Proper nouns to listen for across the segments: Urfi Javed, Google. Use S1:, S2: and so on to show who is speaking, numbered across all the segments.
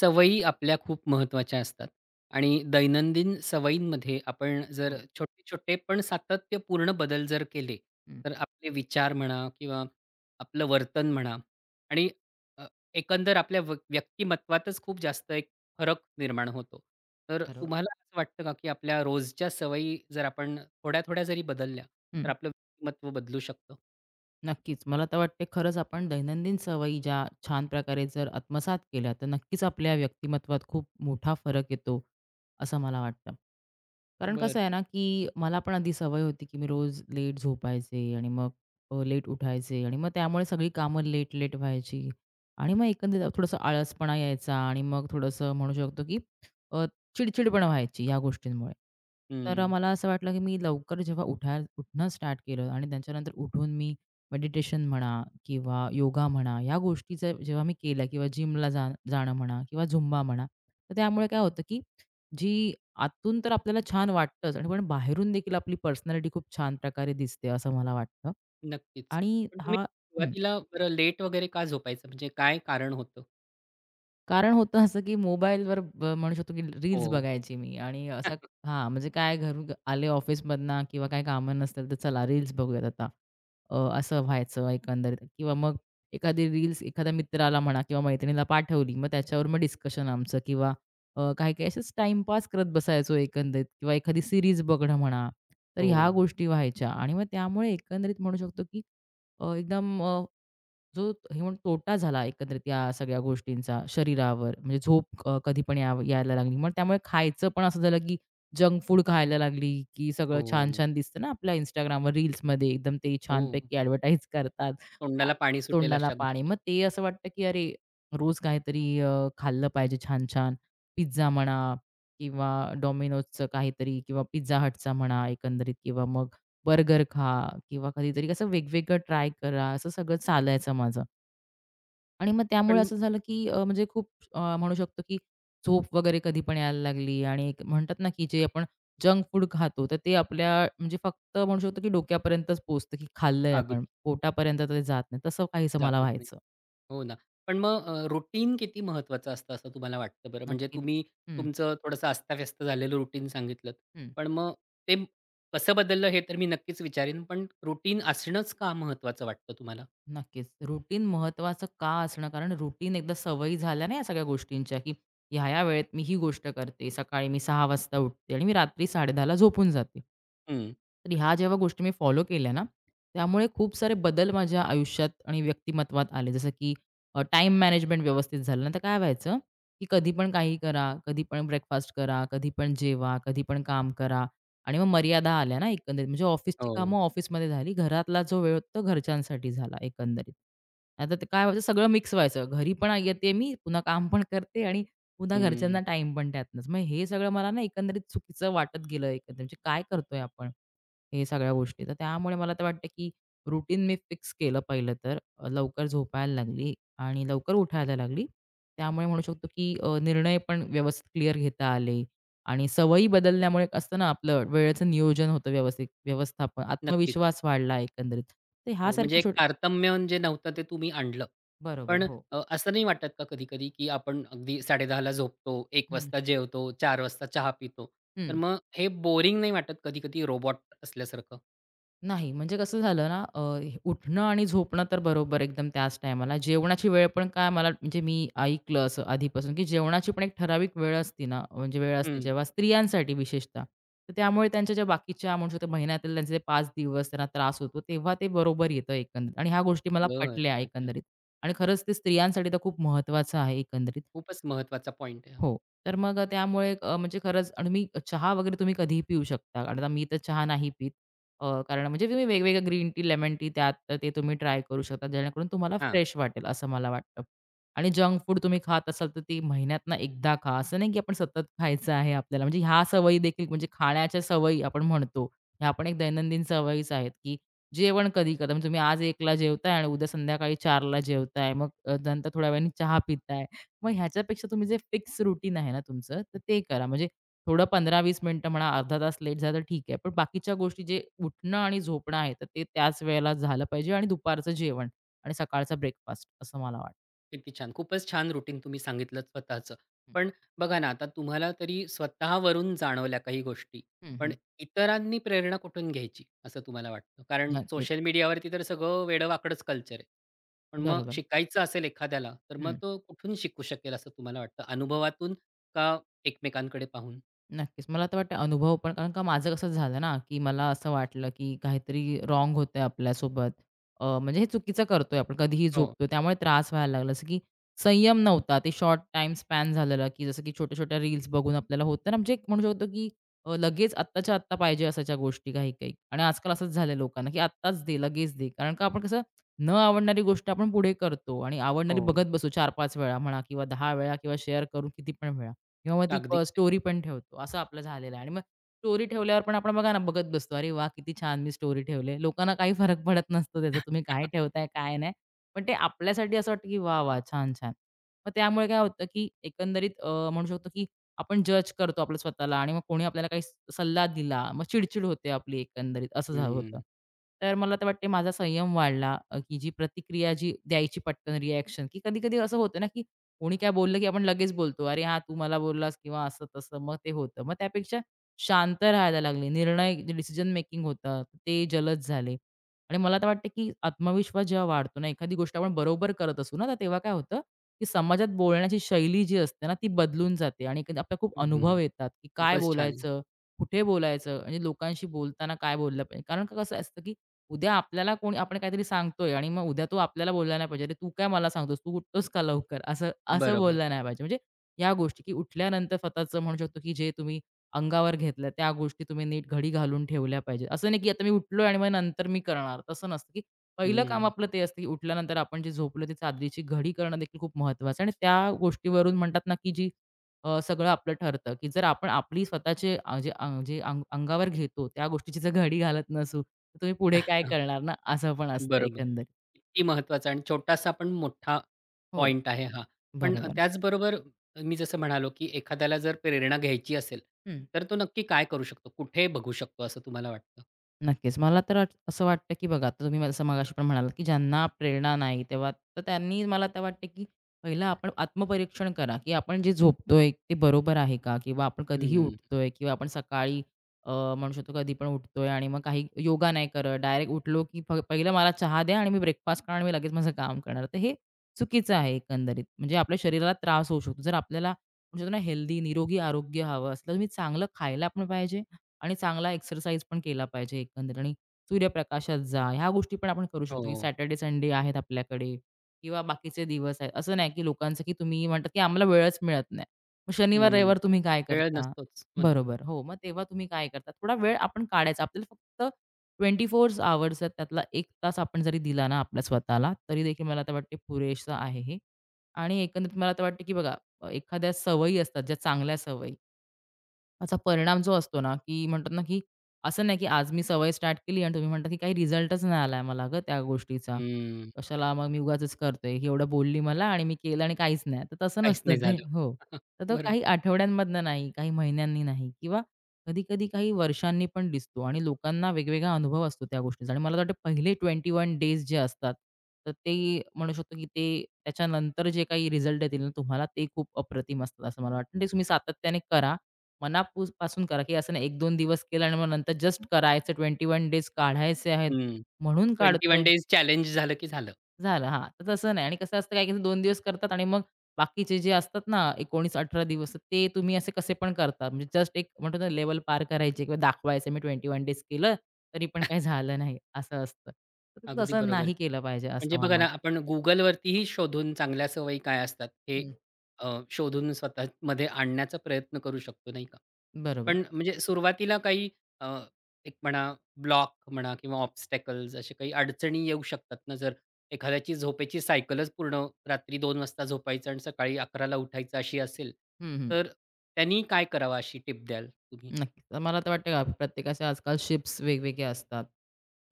S1: सवयी आपल्या खूप महत्त्वाच्या असतात आणि दैनंदिन सवयींमध्ये आपण जर
S2: हो.
S1: छोटे-छोटे पण सातत्यपूर्ण बदल जर केले,
S2: हं.
S1: तर आपले विचार म्हणा किंवा आपलं वर्तन म्हणा आणि अ, एकंदर आपल्या व्यक्तिमत्त्वातच खूप जास्त एक फरक निर्माण होतो. तर
S2: बरोबर.
S1: तुम्हाला असं वाटतं का, की आपल्या रोजच्या सवयी जर आपण थोड्या-थोड्या जरी बदलल्या, तर
S2: हं.
S1: आपलं व्यक्तिमत्त्व बदलू शकतं?
S2: नक्कीच. मला तर वाटते खरंच आपण दैनंदिन सवयी ज्या छान प्रकारे जर आत्मसात केल्या, तर नक्कीच आपल्या व्यक्तिमत्वात खूप मोठा फरक येतो, असं मला वाटतं. कारण
S1: बरं.
S2: कसं आहे ना, की मला पण आधी सवय होती, की मी रोज लेट झोपायचे आणि मग लेट उठायचे आणि मग त्यामुळे सगळी कामं लेट-लेट व्हायची आणि मग एकंदरीत थोडंसं आळसपणा यायचा आणि मग थोडंसं म्हणू शकतो, की अ, चिडचिडपणा व्हायची या गोष्टींमुळे. तर
S1: हं.
S2: मला असं वाटलं, की मी लवकर जेव्हा उठणं स्टार्ट केलं आणि त्याच्यानंतर उठून मी मेडिटेशन म्हणा किंवा योगा म्हणा, ह्या गोष्टीचं जेव्हा मी केल्या किंवा जिमला जाणं म्हणा किंवा झुंबा म्हणा, तर त्यामुळे काय होतं, की जी आतून तर आपल्याला छान वाटतंच आणि पण बाहेरून देखील आपली पर्सनॅलिटी खूप छान प्रकारे दिसते असं मला वाटतं
S1: नक्कीच.
S2: आणि
S1: पण तुम्ही
S2: हा. हं.
S1: सुरुवातीला बरं लेट वगैरे का झोपायचं? म्हणजे काय कारण होतं?
S2: कारण होतं असं, की मोबाईलवर म्हणू शकतो, की रील्स
S1: हो.
S2: बघायची मी आणि असं हां, म्हणजे काय घरून आले ऑफिसमधनं किंवा काही कामं नसतील, तर चला रील्स बघूयात आता. असं व्हायचं एकंदरीत किंवा मग एखादी रील्स एखाद्या मित्राला म्हणा किंवा मैत्रिणीला पाठवली, मग त्याच्यावर मग डिस्कशन आमचं किंवा काही-काही असंच टाईमपास करत बसायचो एकंदरीत किंवा एखादी सीरीज बघणं म्हणा, तर
S1: हो,
S2: ह्या गोष्टी व्हायच्या आणि मग त्यामुळे एकंदरीत म्हणू शकतो, की अ, एकदम अ, जो हे म्हणून तोटा झाला एकंदरीत या सगळ्या गोष्टींचा शरीरावर. म्हणजे झोप कधी पण यायला लागली. मग त्यामुळे खायचं पण असं झालं, की जंक फूड खायला लागली, की सगळं
S1: हो,
S2: छान-छान दिसतं ना आपल्या Instagramवर रील्समध्ये एकदम ते
S1: हो.
S2: छानपैकी ॲडव्हर्टाइज करतात. आ,
S1: तोंडाला पाणी सुटेल
S2: तोंडाला
S1: अशा
S2: पाणी.
S1: गोष्टी.
S2: मग ते असं वाटतं, की अरे रोज काहीतरी खाल्लं पाहिजे छान-छान. पिझ्झा म्हणा किंवा Domino'sचं काहीतरी किंवा Pizza Hutचा म्हणा एकंदरीत किंवा मग बर्गर खा किंवा कधीतरी कसं वेगवेगळं ट्राय करा, असं सगळं चालायचं माझं. आणि मग त्यामुळे
S1: पण
S2: असं झालं की म्हणजे खूप म्हणू शकतो की झोप वगैरे कधी पण यायला लागली आणि एक म्हणतात ना की जे आपण जंक फूड खातो, तर ते आपल्या म्हणजे फक्त म्हणू शकतो की डोक्यापर्यंतच पोहोचतं की खाल्लंय
S1: अगदी
S2: आपण, पोटापर्यंत तर ते जात नाही. तसं काहीसं मला
S1: जातच नाही.
S2: व्हायचं.
S1: हो ना. पण मग रुटीन किती महत्त्वाचं असतं असं तुम्हाला वाटतं बरं? म्हणजे
S2: नक्कीच.
S1: तुम्ही
S2: हं,
S1: तुमचं थोडंसं अस्ताव्यस्त झालेलं रुटीन सांगितलंत.
S2: हं.
S1: पण मग ते कसं बदललं हे तर मी नक्कीच विचारीन. पण रुटीन असणंच का महत्त्वाचं वाटतं तुम्हाला?
S2: नक्कीच. रुटीन महत्त्वाचं का असणं? कारण रुटीन एकदा सवयी झाल्या ना या सगळ्या गोष्टींच्या, की ह्या-ह्या वेळेत मी ही गोष्ट करते. सकाळी मी 6:00 वाजता उठते आणि मी रात्री 10:30ला झोपून जाते.
S1: हं.
S2: तर ह्या जेव्हा गोष्टी मी फॉलो केल्या ना, त्यामुळे खूप सारे बदल माझ्या आयुष्यात आणि व्यक्तिमत्वात आले. जसं की टाईम मॅनेजमेंट व्यवस्थित झालं ना, तर काय व्हायचं, की कधी पण काही करा, कधी पण ब्रेकफास्ट करा, कधी पण जेवा, कधी पण काम करा आणि मग मर्यादा आल्या ना एकंदरीत. म्हणजे ऑफिसची
S1: हो.
S2: कामं ऑफिसमध्ये झाली, घरातला जो वेळ होता तो घरच्यांसाठी झाला एकंदरीत. आता ते काय व्हायचं सगळं मिक्स व्हायचं. घरी पण येते मी, पुन्हा काम पण करते आणि पुन्हा
S1: हं.
S2: घरच्यांना टाईम पण त्यातनंच. मग हे सगळं मला ना एकंदरीत चुकीचं वाटत गेलं एकंदरीत. म्हणजे काय करतोय आपण? हे सगळ्या गोष्टी. तर त्यामुळे मला तर वाटतं, की रुटीन मी फिक्स केलं पहिलं तर. लवकर झोपायला लागली आणि लवकर उठायला लागली. त्यामुळे म्हणू शकतो, की निर्णय पण व्यवस्थित क्लिअर घेता आले आणि सवयी बदलल्यामुळे एक असतं ना, आपलं वेळेचं नियोजन होतं व्यवस्थित, व्यवस्थापन,
S1: नक्कीच.
S2: आत्मविश्वास वाढला एकंदरीत. तर
S1: हो, म्हणजे
S2: ह्यासारखी
S1: एक
S2: छोटी
S1: तारतम्य जे नव्हतं ते तुम्ही आणलं.
S2: बरोबर.
S1: पण
S2: हो.
S1: असं नाही वाटत का कधी-कधी, की आपण अगदी 10:30ला झोपतो, एक
S2: हं,
S1: वाजता जेवतो, 4 वाजता चहा पितो. तर
S2: हं.
S1: मग हे बोरिंग नाही वाटत कधी-कधी रोबॉट असल्यासारखं?
S2: नाही, म्हणजे कसं झालं ना, हे उठणं आणि झोपणं तर बरोबर एकदम त्याच टायमाला. जेवणाची वेळ पण काय मला म्हणजे मी ऐकलं असं आधीपासून, की जेवणाची पण एक ठराविक वेळ असते ना, म्हणजे वेळ असते
S1: हं.
S2: जेव्हा स्त्रियांसाठी विशेषतः. तर त्यामुळे त्यांच्या ज्या बाकीच्या म्हणू शकतो महिन्यातील त्यांचे जे 5 दिवस त्यांना त्रास होतो, तेव्हा ते बरोबर येतं एकंदरीत आणि ह्या गोष्टी मला
S1: बरं.
S2: पटल्या
S1: अच्छा.
S2: एकंदरीत. आणि खरंच ते स्त्रियांसाठी तर खूप महत्त्वाचं आहे एकंदरीत.
S1: खूपच महत्त्वाचा पॉइंट आहे हा.
S2: हो. तर मग त्यामुळे म्हणजे खरंच आणि मी चहा वगैरे तुम्ही कधीही पिऊ शकता. कारण आता मी तर चहा नाही पीत. कारण म्हणजे तुम्ही वेगवेगळ्या ग्रीन टी, लेमन टी त्यात तर ते तुम्ही ट्राय करू शकता. जेणेकरून तुम्हाला
S1: हां.
S2: फ्रेश वाटेल असं मला वाटतं. आणि जंक फूड तुम्ही खात असाल तर ती महिन्यातनं एकदा खा. असं नाही की आपण सतत खायचं आहे आपल्याला. म्हणजे ह्या सवयी देखील म्हणजे खाण्याच्या सवयी आपण म्हणतो. ह्या पण एक दैनंदिन सवयीच आहेत, की जेवण कधी करता. म्हणजे तुम्ही आज 1 जेवताय आणि उद्या संध्याकाळी 4 जेवताय. मग नंतर थोड्या वेळाने चहा पिताय. मग ह्याच्यापेक्षा तुम्ही जे फिक्स रुटीन आहे ना तुमचं, तर ते करा. म्हणजे थोडं 15 वीस मिनिटं म्हणा, अर्धा तास लेट झालं तर ठीक आहे. पण बाकीच्या गोष्टी जे उठणं आणि झोपणं आहे, तर ते त्याच वेळेला झालं पाहिजे आणि दुपारचं जेवण आणि सकाळचा ब्रेकफास्ट असं मला वाटतं.
S1: किती छान. खूपच छान रुटीन तुम्ही सांगितलंत स्वतःचं. पण बघा ना, आता तुम्हाला तरी स्वतःवरून जाणवल्या काही गोष्टी.
S2: हं, हं,
S1: पण
S2: हं.
S1: इतरांनी प्रेरणा कुठून घ्यायची, असं तुम्हाला वाटतं? कारण
S2: नक्कीच.
S1: सोशल मीडियावरती तर सगळं वेडं-वाकडंच कल्चर आहे. पण मग
S2: बरोबर.
S1: शिकायचं असेल एखाद्याला, तर मग
S2: हं.
S1: तो कुठून शिकू शकेल असं तुम्हाला वाटतं? अनुभवातून का एकमेकांकडे पाहून?
S2: नक्कीच. मला तर वाटतं अनुभव पण कारण का माझं कसं झालं ना, की मला असं वाटलं, की काहीतरी रॉंग होतंय आपल्यासोबत. म्हणजे हे चुकीचं करतोय आपण, कधीही
S1: हो,
S2: झोपतो त्यामुळे त्रास व्हायला लागला. जसं की संयम नव्हता. ते शॉर्ट टाईम स्पॅन झालेलं, की जसं की छोट्या-छोट्या रील्स बघून आपल्याला होतं ना, म्हणजे एक म्हणू शकतो, की लगेच आत्ताच्या आत्ता पाहिजे असायच्या गोष्टी काही-काही आणि आजकाल असंच झालंय लोकांना, की आत्ताच दे, लगेच दे. कारण का आपण कसं न आवडणारी गोष्ट आपण पुढे करतो आणि आवडणारी
S1: हो.
S2: बघत बसू 4-5 वेळा म्हणा किंवा 10 वेळा किंवा शेअर करून किती पण वेळा. किंवा मग ती
S1: अगदी खरं
S2: स्टोरी पण ठेवतो. असं आपलं झालेलं आहे आणि मग स्टोरी ठेवल्यावर पण आपण बघा ना, बघत बसतो. "अरे वाह! किती छान मी स्टोरी ठेवले." लोकांना काही फरक पडत नसतो त्याचा, तुम्ही काय
S1: आहे.
S2: ठेवताय, काय नाही. पण ते आपल्यासाठी असं वाटतं, की "वाह! वाह! छान, छान." मग त्यामुळे काय होतं, की एकंदरीत म्हणू शकतो, की आपण जज करतो आपलं स्वतःला आणि मग कोणी आपल्याला काही सल्ला दिला, मग चिडचिड होते आपली एकंदरीत असं होतं.
S1: हं,
S2: तर मला तर वाटते माझा संयम वाढला, की जी प्रतिक्रिया जी द्यायची पटकन रिएक्शन, की कधी-कधी असं होतं ना, की कोणी काय बोललं की आपण लगेच बोलतो, "अरे हां, तू मला बोललास" किंवा असं-तसं मग ते होतं. मग त्यापेक्षा शांत राहायला लागले. निर्णय डिसिजन मेकिंग होतं, ते जलद झाले. आणि मला तर वाटतं की आत्मविश्वास जेव्हा वाढतो ना, एखादी गोष्ट आपण बरोबर करत असू ना, तर तेव्हा काय होतं की समाजात बोलण्याची शैली जी असते ना, ती बदलून जाते आणि कधी आपल्याला खूप अनुभव येतात की काय
S1: खूपच छान आहे.
S2: बोलायचं, कुठे बोलायचं आणि लोकांशी बोलताना काय बोललं पाहिजे. कारण का कसं असतं की उद्या आपल्याला कोणी आपण काहीतरी सांगतोय आणि मग उद्या तो आपल्याला बोलला नाही पाहिजे, "अरे, तू काय मला सांगतोस? तू उठतोस का लवकर?" असं असं
S1: बरोबर.
S2: बोललं नाही पाहिजे. म्हणजे या गोष्टी, की उठल्यानंतर स्वतःचं म्हणू शकतो, की जे तुम्ही अंगावर घेतलं त्या गोष्टी तुम्ही नीट घडी घालून ठेवल्या पाहिजेत. असं नाही, की आता मी उठलोय आणि मग नंतर मी करणार, तसं नसतं, की पहिलं काम
S1: हं.
S2: आपलं ते असतं, की उठल्यानंतर आपण जे झोपलो ती चादरीची घडी करणं देखील खूप महत्त्वाचं आणि त्या गोष्टीवरून म्हणतात ना, की जी सगळं आपलं ठरतं, की जर आपण आपली स्वतःचे अ, जे अ, जे अंग अंगावर घेतो त्या गोष्टीची जर घडी घालत नसू, तुम्ही पुढे काय करणार ना, असं पण असतं
S1: बरोबर.
S2: एकंदरीत.
S1: किती महत्त्वाचा आणि छोटासा पण मोठा
S2: हो,
S1: पॉइंट आहे हा. पण
S2: बरोबर.
S1: त्याचबरोबर मी जसं म्हणालो, की एखाद्याला जर प्रेरणा घ्यायची असेल,
S2: हं.
S1: तर तो नक्की काय करू शकतो? कुठे बघू शकतो असं तुम्हाला वाटतं?
S2: नक्कीच. मला तर असं वाटतं, की बघा आता तुम्ही मला- जसं मगाशी पण म्हणालात, की ज्यांना प्रेरणा नाही तेव्हा तर त्यांनी मला तर वाटतं, की पहिलं आपण आत्मपरीक्षण करा, की आपण जे झोपतोय ते बरोबर आहे का? किंवा आपण कधीही
S1: हं,
S2: उठतोय किंवा आपण सकाळी अ, म्हणू शकतो कधी पण उठतोय आणि मग काही योगा नाही करत. डायरेक्ट उठलो, की पहिलं मला चहा द्या आणि मी ब्रेकफास्ट करणार आणि मी लगेच माझं काम करणार. तर हे चुकीचं आहे एकंदरीत. म्हणजे आपल्या शरीराला त्रास होऊ शकतो. जर आपल्याला म्हणू ना हेल्दी, निरोगी आरोग्य हवं असलं, तुम्ही चांगलं खायला पण पाहिजे आणि चांगला एक्सरसाइज पण केला पाहिजे एकंदरीत आणि सूर्यप्रकाशात जा. ह्या गोष्टी पण आपण करू शकतो, की
S1: हो.
S2: सॅटर्डे, संडे आहेत आपल्याकडे किंवा बाकीचे दिवस आहेत. असं नाही, की लोकांचं की तुम्ही म्हणतात, की आम्हाला वेळच मिळत नाही. मग शनिवार,
S1: हं.
S2: रविवार तुम्ही काय
S1: वेळ
S2: करता?
S1: नसतोच. हो ना.
S2: बरोबर. हो, मग तेव्हा तुम्ही काय करता? थोडा वेळ आपण काढायचा. आपल्याला फक्त 24 अवर्स आहेत, त्यातला 1 तास आपण जरी दिला ना आपल्या स्वतःला, तरी देखील मला तर वाटते पुरेसं आहे हे. आणि एकंदरीत मला तर वाटतं, की बघा, एखाद्या सवयी असतात, ज्या चांगल्या सवयी त्याचा परिणाम जो असतो ना, की म्हणतात ना, की असं नाही, की आज मी सवय स्टार्ट केली आणि तुम्ही म्हणता, की काही रिझल्टच नाही आलाय मला गं त्या गोष्टीचा.
S1: हं.
S2: कशाला मग मी उगाच करते. ही एवढं बोलली मला आणि मी केलं आणि काहीच नाही. तर तसं
S1: काहीच
S2: नसतं
S1: नाही
S2: ते.
S1: झालं.
S2: हो. तर तो
S1: बरोबर.
S2: काही आठवड्यांमधनं नाही, काही महिन्यांनी नाही किंवा कधी-कधी काही वर्षांनी पण दिसतो आणि लोकांना वेगवेगळा अनुभव असतो त्या गोष्टीचा आणि मला तर वाटतं पहिले 21 डेज जे असतात, तर ते म्हणू शकतो, की ते त्याच्यानंतर जे काही रिझल्ट येतील ना तुम्हाला, ते खूप अप्रतिम असतात असं मला वाटतं. ते तुम्ही सातत्याने करा मनापूस पासून करा, की असं नाही 1-2 दिवस केलं आणि मग नंतर जस्ट करायचं 21 डेज काढायचे आहेत
S1: हं.
S2: म्हणून
S1: 21
S2: काढतोय,
S1: डेज चॅलेंज झालं की झालं.
S2: झालं. हां, तर तसं नाही. आणि कसं असतं, काही काही 2 दिवस करतात आणि मग बाकीचे जे असतात ना 19-18 दिवस, ते तुम्ही असे कसे पण करता. म्हणजे जस्ट एक म्हणतो ना, लेव्हल पार करायची किंवा दाखवायचं मी 21 डेज केलं, तरी पण काही झालं नाही असं असतं. तर
S1: अगदी
S2: तसं
S1: बरोबर.
S2: नाही केलं पाहिजे असं
S1: म्हणजे
S2: मला
S1: बघा ना,
S2: वाटतं.
S1: आपण Googleवरतीही शोधून चांगल्या सवयी काय असतात हे
S2: हं.
S1: शोधून स्वतःमध्ये आणण्याचा प्रयत्न करू शकतो, नाही का?
S2: बरोबर.
S1: पण म्हणजे सुरुवातीला काही अ, एक म्हणा ब्लॉक म्हणा किंवा ऑब्स्टॅकल्स अशा काही अडचणी येऊ शकतात ना, जर एखाद्याची झोपेची सायकलच पूर्ण रात्री 2 वाजता झोपायचं आणि सकाळी 11 उठायचं अशी असेल,
S2: हं, हं.
S1: तर त्यांनी काय करावं अशी टिप द्याल तुम्ही?
S2: नक्कीच. तर मला तर वाटतं, का प्रत्येकाचे आजकाल शिफ्ट्स वेगवेगळ्या असतात.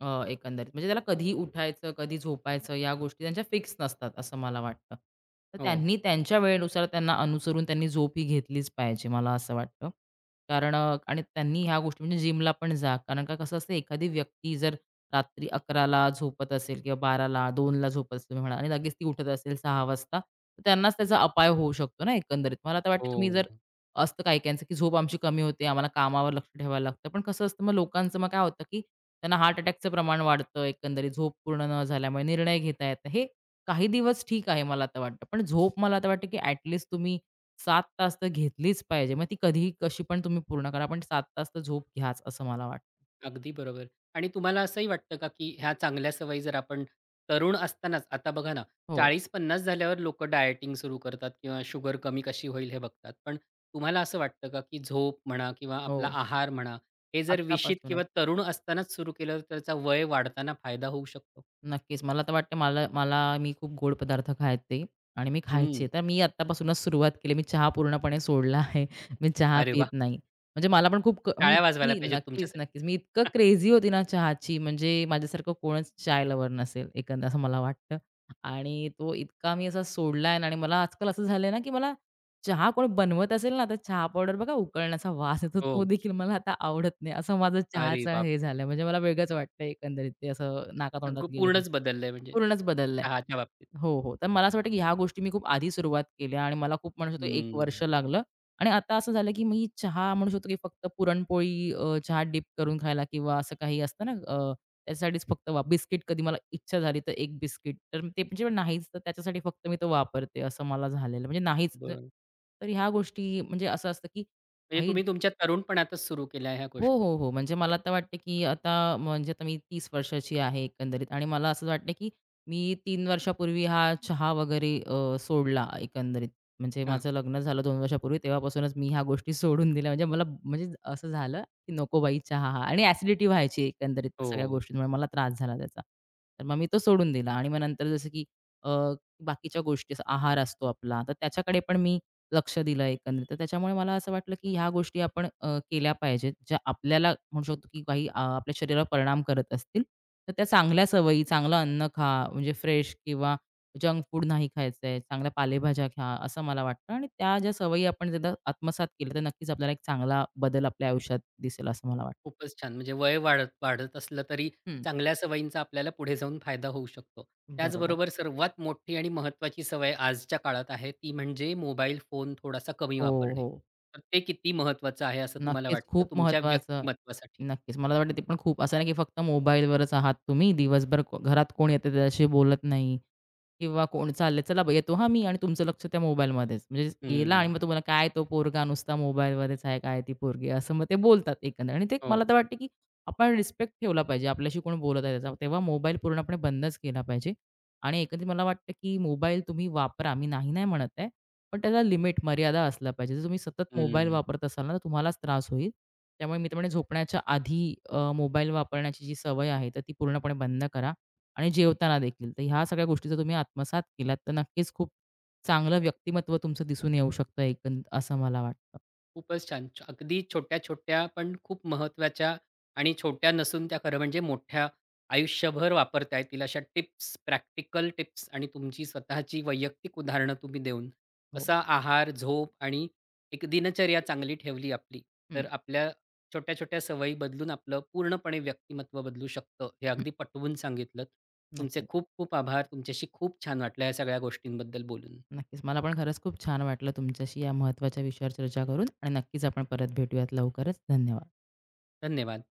S2: एकंदरीत म्हणजे त्याला कधी उठायचं, कधी झोपायचं, या गोष्टी त्यांच्या फिक्स नसतात असं मला वाटतं. तर
S1: हो.
S2: त्यांनी त्यांच्या वेळेनुसार, त्यांना अनुसरून त्यांनी झोप ही घेतलीच पाहिजे, मला असं वाटतं. कारण आणि त्यांनी ह्या गोष्टी म्हणजे जिमला पण जा. कारण का कसं असतं, एखादी व्यक्ती जर रात्री 11:00ला झोपत असेल किंवा 12:00ला, 2:00ला झोपत असेल तुम्ही म्हणाला, आणि लगेच ती उठत असेल 6:00 वाजता, तर त्यांनाच त्याचा अपाय होऊ शकतो ना एकंदरीत. मला तर
S1: हो.
S2: वाटतं तुम्ही जर असतं काही-काहींचं, की झोप आमची कमी होते, आम्हाला कामावर लक्ष ठेवायला लागतं. पण कसं असतं, मग लोकांचं मग काय होतं, की त्यांना हार्ट अटॅकचं प्रमाण वाढतं एकंदरीत झोप पूर्ण न झाल्यामुळे, निर्णय घेता येत हे काही दिवस ठीक आहे मला आता वाटतं. पण झोप मला आता वाटतं, की ॲट तुम्ही 7 तास तर घेतलीच पाहिजे. मग ती कधीही कशी पण तुम्ही पूर्ण करा, पण 7 तास तर झोप घ्याच असं मला वाटतं.
S1: अगदी बरोबर. आणि तुम्हाला असंही वाटतं का, की ह्या चांगल्या सवयी जर आपण तरुण असतानाच आता बघा ना,
S2: हो,
S1: 40-50 झाल्यावर लोकं डायटिंग सुरू करतात किंवा शुगर कमी कशी होईल हे बघतात. पण तुम्हाला असं वाटतं का, की झोप म्हणा किंवा
S2: हो.
S1: आपला आहार म्हणा, हे जर विशित
S2: आत्तापासूनच.
S1: किंवा तरुण असतानाच सुरू केलं, तर त्याचा वय वाढताना फायदा होऊ शकतो?
S2: नक्कीच. मला तर वाटतं, मला मला मी खूप गोड पदार्थ खायचे आणि मी खायचे.
S1: हं.
S2: तर मी आत्तापासूनच सुरुवात केली. मी चहा पूर्णपणे सोडला आहे. मी चहा
S1: अरे
S2: पित
S1: वाह!
S2: नाही. म्हणजे मला पण खूप क मी
S1: टाळ्या वाजवायला
S2: इतकी
S1: पाहिजेत
S2: नक्कीच,
S1: तुमच्यासाठी.
S2: नक्कीच. मी इतकं क्रेझी होती ना चहाची, म्हणजे माझ्यासारखं कोणच चाय लव्हर नसेल एकंदर असं मला वाटतं. आणि तो इतका मी असा सोडला आहे ना, आणि मला आजकाल असं झालंय ना, की मला चहा कोण बनवत असेल ना, तर चहा पावडर बघा उकळण्याचा वास येतो, तो
S1: हो.
S2: देखील मला आता आवडत नाही. असं माझं
S1: अरे
S2: चहाचं हे
S1: बापरे!
S2: झालं. म्हणजे मला वेगळंच वाटतं एकंदरीत, ते असं नाकातोंडात
S1: सगळं
S2: गेलं
S1: पूर्णच बदललंय म्हणजे
S2: पूर्णच बदललाय.
S1: चहाच्या बाबतीत.
S2: हो, हो. तर मला असं वाटतं की ह्या गोष्टी मी खूप आधी सुरुवात केल्या आणि मला खूप म्हणू शकतो 1 वर्ष
S1: हं.
S2: लागलं आणि आता असं झालं की मी चहा म्हणू शकतो की फक्त पुरणपोळी चहात डिप करून खायला किंवा असं काही असतं ना, त्याच्यासाठीच फक्त, वा बिस्किट कधी मला इच्छा झाली तर 1 बिस्किट, तर ते म्हणजे नाहीच, तर त्याच्यासाठी फक्त मी तो वापरते, असं मला झालेलं म्हणजे नाहीच.
S1: बरं.
S2: तर ह्या गोष्टी म्हणजे असं असतं की
S1: म्हणजे
S2: काही
S1: तुम्ही तुमच्या तरुणपणातच सुरू केल्या ह्या
S2: हो,
S1: गोष्टी.
S2: हो, हो. म्हणजे मला आता वाटतं, की आता म्हणजे आता मी 30 वर्षाची आहे एकंदरीत, आणि मला असं वाटतं, की मी 3 वर्षापूर्वी हा चहा वगैरे सोडला एकंदरीत. म्हणजे
S1: हां.
S2: माझं लग्न झालं 2 वर्षापूर्वी, तेव्हापासूनच मी ह्या गोष्टी सोडून दिल्या. म्हणजे मला म्हणजे असं झालं, की नको बाई चहा हा, आणि ॲसिडिटी व्हायची एकंदरीत, सगळ्या
S1: हो.
S2: गोष्टींमुळे मला त्रास झाला त्याचा. तर मग मी तो सोडून दिला आणि मग नंतर जसं की अ, बाकीच्या गोष्टी जसं आहार असतो आपला, तर त्याच्याकडे पण मी लक्ष दिलं एकंदरीत. तर त्याच्यामुळे मला असं वाटलं, की ह्या गोष्टी आपण केल्या पाहिजेत, ज्या आपल्याला म्हणू शकतो, की काही आपल्या शरीरावर परिणाम करत असतील. तर त्या चांगल्या सवयी, चांगलं अन्न खा, म्हणजे फ्रेश किंवा जंक फूड नाही खायचं आहे, चांगल्या पालेभाज्या खा, असं मला वाटतं. आणि त्या ज्या सवयी आपण एकदा आत्मसात केल्या, तर नक्कीच आपल्याला एक चांगला बदल आपल्या आयुष्यात दिसेल, असं मला वाटतं.
S1: खूपच छान. म्हणजे वय वाढत वाढत असलं तरी
S2: हं,
S1: चांगल्या सवयींचा आपल्याला पुढे जाऊन फायदा होऊ शकतो.
S2: बरोबर.
S1: त्याचबरोबर सर्वात मोठी आणि महत्त्वाची सवय आजच्या काळात आहे ती म्हणजे मोबाईल फोन थोडासा कमी
S2: हो,
S1: वापरणे.
S2: हो.
S1: तर ते किती महत्त्वाचं आहे असं तुम्हाला
S2: नक्कीच
S1: वाटतं
S2: खूप
S1: तुमच्या
S2: महत्त्वाचं.
S1: व्यक्तिमत्त्वासाठी?
S2: नक्कीच. मला वाटतं ते पण खूप, असं नाही, की फक्त मोबाईलवरच आहात तुम्ही दिवसभर. को- घरात कोण येतं त्याच्याशी बोलत नाही. किंवा कोण चाललंय, "चला बा येतो हां मी," आणि तुमचं लक्ष त्या मोबाईलमध्येच. म्हणजे गेला आणि
S1: हं.
S2: मग तुम्हाला, काय तो पोरगा नुसता मोबाईलमध्येच आहे, काय ती पोरगी, असं मग ते बोलतात एकंदर. आणि ते
S1: हो.
S2: मला तर वाटतं, की आपण रिस्पेक्ट ठेवला पाहिजे. आपल्याशी कोण बोलत आहे त्याचा, तेव्हा मोबाईल पूर्णपणे बंदच केला पाहिजे. आणि एकंदरीत मला वाटतं, की मोबाईल तुम्ही वापरा. मी नाही, नाही म्हणत आहे. पण त्याला लिमिट, मर्यादा असला पाहिजे. जर तुम्ही सतत मोबाईल
S1: हं.
S2: वापरत असाल ना, तर तुम्हालाच त्रास होईल. त्यामुळे मी तर म्हणेन, झोपण्याच्या आधी मोबाईल वापरण्याची जी सवय आहे, तर ती पूर्णपणे बंद करा आणि जेवताना देखील. तर ह्या सगळ्या गोष्टी जर तुम्ही आत्मसात केल्यात, तर नक्कीच खूप चांगलं व्यक्तिमत्व तुमचं दिसून येऊ शकतं एकंद, असं मला वाटतं.
S1: खूपच छान. अगदी छोट्या-छोट्या पण खूप महत्त्वाच्या आणि छोट्या नसून त्या खरं म्हणजे मोठ्या आयुष्यभर वापरता येतील अशा टिप्स, प्रॅक्टिकल टिप्स आणि तुमची स्वतःची वैयक्तिक उदाहरणं तुम्ही देऊन
S2: हो.
S1: कसा आहार, झोप आणि एक दिनचर्या चांगली ठेवली आपली,
S2: हं,
S1: तर आपल्या छोट्या-छोट्या सवयी बदलून आपलं पूर्णपणे व्यक्तिमत्त्व बदलू शकतं, हे
S2: हं.
S1: अगदी पटवून सांगितलंत. तुमचे
S2: नक्कीच,
S1: खूप खूप आभार. तुमच्याशी खूप छान वाटलं या सगळ्या गोष्टींबद्दल बोलून.
S2: नक्कीच. मला पण खरंच खूप छान वाटलं तुमच्याशी या महत्त्वाच्या विषयावर चर्चा करून, आणि नक्कीच आपण परत भेटूयात लवकरच. धन्यवाद.
S1: धन्यवाद.